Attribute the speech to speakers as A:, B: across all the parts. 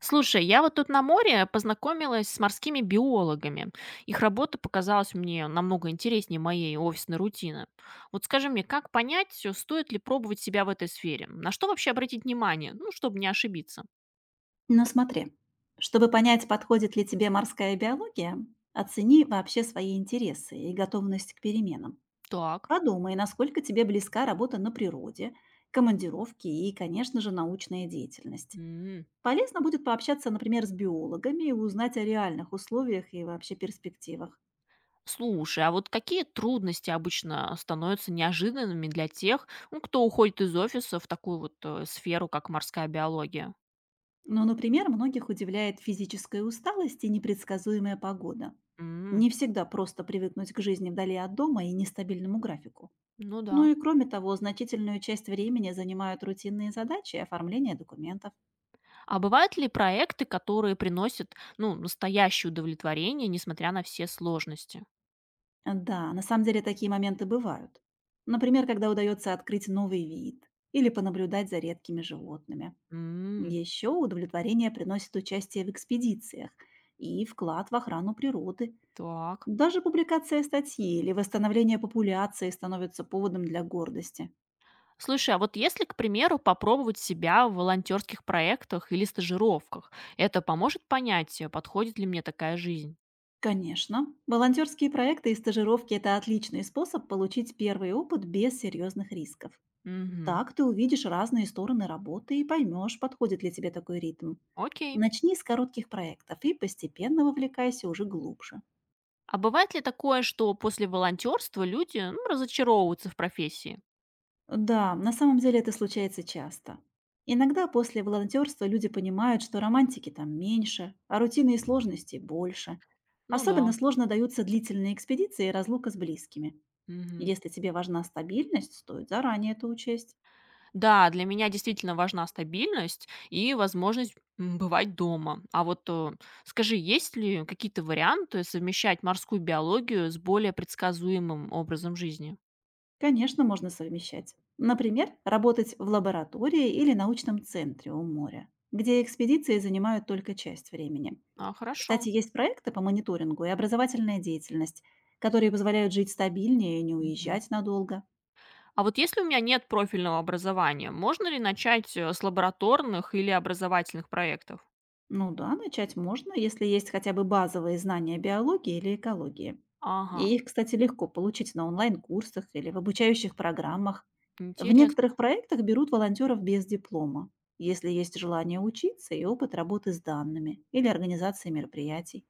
A: Слушай, я вот тут на море познакомилась с морскими биологами. Их работа показалась мне намного интереснее моей офисной рутины. Вот скажи мне, как понять, стоит ли пробовать себя в этой сфере? На что вообще обратить внимание? Ну, чтобы не ошибиться.
B: Но смотри, чтобы понять, подходит ли тебе морская биология, оцени вообще свои интересы и готовность к переменам.
A: Так.
B: Подумай, насколько тебе близка работа на природе, командировки и, конечно же, научная деятельность.
A: М.
B: Полезно будет пообщаться, например, с биологами и узнать о реальных условиях и вообще перспективах.
A: Слушай, а вот какие трудности обычно становятся неожиданными для тех, ну, кто уходит из офиса в такую вот сферу, как морская биология?
B: Но, например, многих удивляет физическая усталость и непредсказуемая погода.
A: М.
B: Не всегда просто привыкнуть к жизни вдали от дома и нестабильному графику.
A: Ну да.
B: Ну и кроме того, значительную часть времени занимают рутинные задачи и оформление документов.
A: А бывают ли проекты, которые приносят, ну, настоящее удовлетворение, несмотря на все сложности?
B: Да, на самом деле такие моменты бывают. Например, когда удается открыть новый вид или понаблюдать за редкими животными.
A: М.
B: Еще удовлетворение приносит участие в экспедициях и вклад в охрану природы.
A: Так.
B: Даже публикация статьи или восстановление популяции становится поводом для гордости.
A: Слушай, а вот если, к примеру, попробовать себя в волонтерских проектах или стажировках, это поможет понять, подходит ли мне такая жизнь?
B: Конечно, волонтерские проекты и стажировки– это отличный способ получить первый опыт без серьезных рисков.
A: Мгм.
B: Так ты увидишь разные стороны работы и поймешь, подходит ли тебе такой ритм.
A: Окей.
B: Начни с коротких проектов и постепенно вовлекайся уже глубже.
A: А бывает ли такое, что после волонтерства люди, ну, разочаровываются в профессии?
B: Да, на самом деле это случается часто. Иногда после волонтерства люди понимают, что романтики там меньше, а рутины и сложности больше.
A: Ну
B: Особенно
A: да.
B: сложно даются длительные экспедиции и разлука с близкими.
A: Мгм.
B: Если тебе важна стабильность, стоит заранее это учесть.
A: Да, для меня действительно важна стабильность и возможность, бывать дома. А вот, скажи, есть ли какие-то варианты совмещать морскую биологию с более предсказуемым образом жизни?
B: Конечно, можно совмещать. Например, работать в лаборатории или научном центре у моря, где экспедиции занимают только часть времени.
A: А, хорошо.
B: Кстати, есть проекты по мониторингу и образовательная деятельность, которые позволяют жить стабильнее и не
A: Мгм.
B: уезжать надолго.
A: А вот если у меня нет профильного образования, можно ли начать, с лабораторных или образовательных проектов?
B: Ну да, начать можно, если есть хотя бы базовые знания биологии или экологии.
A: Ага,
B: И их, кстати, легко получить на онлайн-курсах или в обучающих программах. В некоторых
A: интересно.
B: проектах берут волонтеров без диплома, если есть желание учиться и опыт работы с данными или организации мероприятий.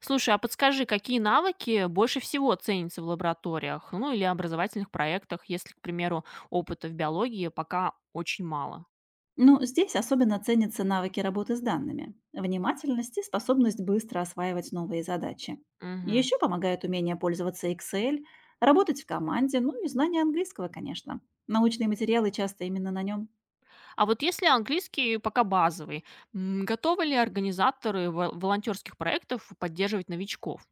A: Слушай, а подскажи, какие навыки больше всего ценятся в лабораториях, ну или образовательных проектах, если, к примеру, опыта в биологии пока очень мало?
B: Ну, здесь особенно ценятся навыки работы с данными, внимательность и способность быстро осваивать новые задачи.
A: Мгм.
B: Еще помогает умение пользоваться Excel, работать в команде, ну и знание английского, конечно. Научные материалы часто именно на нем.
A: А вот если английский пока базовый, готовы ли организаторы волонтерских проектов поддерживать новичков?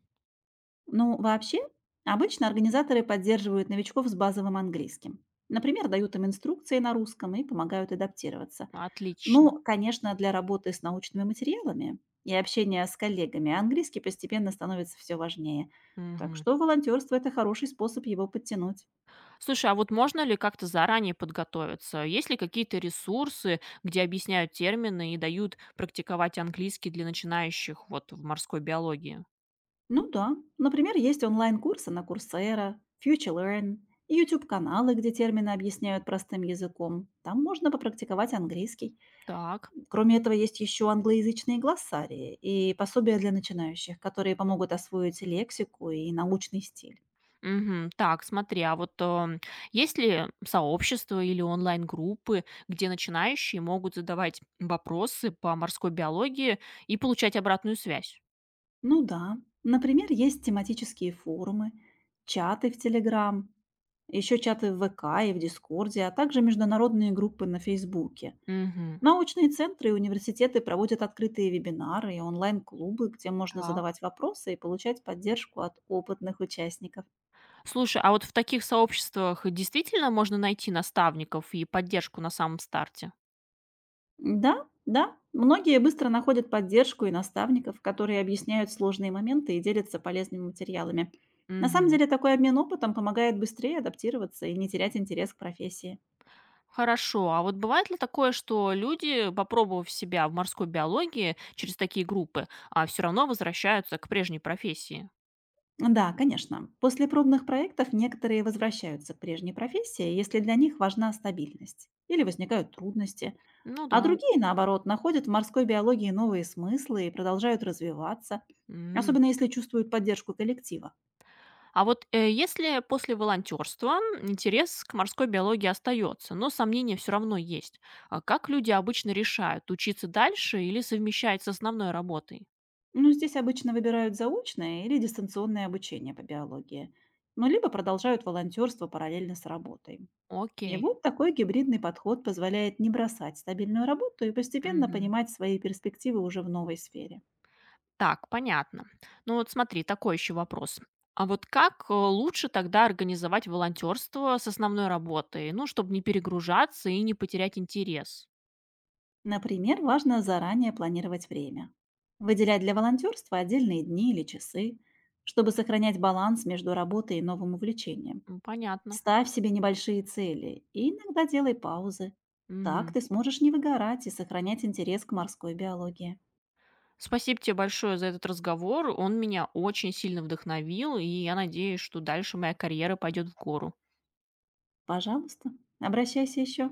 B: Ну, вообще, обычно организаторы поддерживают новичков с базовым английским. Например, дают им инструкции на русском и помогают адаптироваться.
A: Отлично.
B: Ну, конечно, для работы с научными материалами и общения с коллегами английский постепенно становится все важнее. Так
A: Мгм.
B: что волонтерство– это хороший способ его подтянуть.
A: Слушай, а вот можно ли как-то заранее подготовиться? Есть ли какие-то ресурсы, где объясняют термины и дают практиковать английский для начинающих вот в морской биологии?
B: Ну да, например, есть онлайн-курсы на Coursera, FutureLearn и YouTube-каналы, где термины объясняют простым языком. Там можно попрактиковать английский.
A: Так.
B: Кроме этого, есть еще англоязычные глоссарии и пособия для начинающих, которые помогут освоить лексику и научный стиль.
A: Мгм. Так, смотри, а вот, есть ли сообщества или онлайн-группы, где начинающие могут задавать вопросы по морской биологии и получать обратную связь?
B: Ну да. Например, есть тематические форумы, чаты в Телеграм, еще чаты в ВК и в Дискорде, а также международные группы на Фейсбуке.
A: Мгм.
B: Научные центры и университеты проводят открытые вебинары и онлайн-клубы, где можно
A: Так.
B: задавать вопросы и получать поддержку от опытных участников.
A: Слушай, а вот в таких сообществах действительно можно найти наставников и поддержку на самом старте?
B: Да, да, многие быстро находят поддержку и наставников, которые объясняют сложные моменты и делятся полезными материалами. На самом
A: Мгм.
B: деле такой обмен опытом помогает быстрее адаптироваться и не терять интерес к профессии.
A: Хорошо. А вот бывает ли такое, что люди, попробовав себя в морской биологии через такие группы, а все равно возвращаются к прежней профессии?
B: Да, конечно. После пробных проектов некоторые возвращаются к прежней профессии, если для них важна стабильность или возникают трудности,
A: Ну
B: а
A: да.
B: другие, наоборот, находят в морской биологии новые смыслы и продолжают развиваться,
A: М.
B: особенно если чувствуют поддержку коллектива.
A: А вот если после волонтерства интерес к морской биологии остается, но сомнения все равно есть, а как люди обычно решают, учиться дальше или совмещать с основной работой?
B: Ну, здесь обычно выбирают заочное или дистанционное обучение по биологии, ну, либо продолжают волонтерство параллельно с работой. И
A: Окей.
B: вот такой гибридный подход позволяет не бросать стабильную работу и постепенно
A: Мгм.
B: понимать свои перспективы уже в новой сфере.
A: Так, понятно. Ну вот смотри, такой еще вопрос. А вот как лучше тогда организовать волонтерство с основной работой, ну, чтобы не перегружаться и не потерять интерес?
B: Например, важно заранее планировать время. Выделять для волонтерства отдельные дни или часы, чтобы сохранять баланс между работой и новым увлечением.
A: М, понятно.
B: Ставь себе небольшие цели и иногда делай паузы. Так
A: Мгм.
B: ты сможешь не выгорать и сохранять интерес к морской биологии.
A: Спасибо тебе большое за этот разговор. Он меня очень сильно вдохновил, и я надеюсь, что дальше моя карьера пойдет в гору.
B: Пожалуйста, обращайся еще.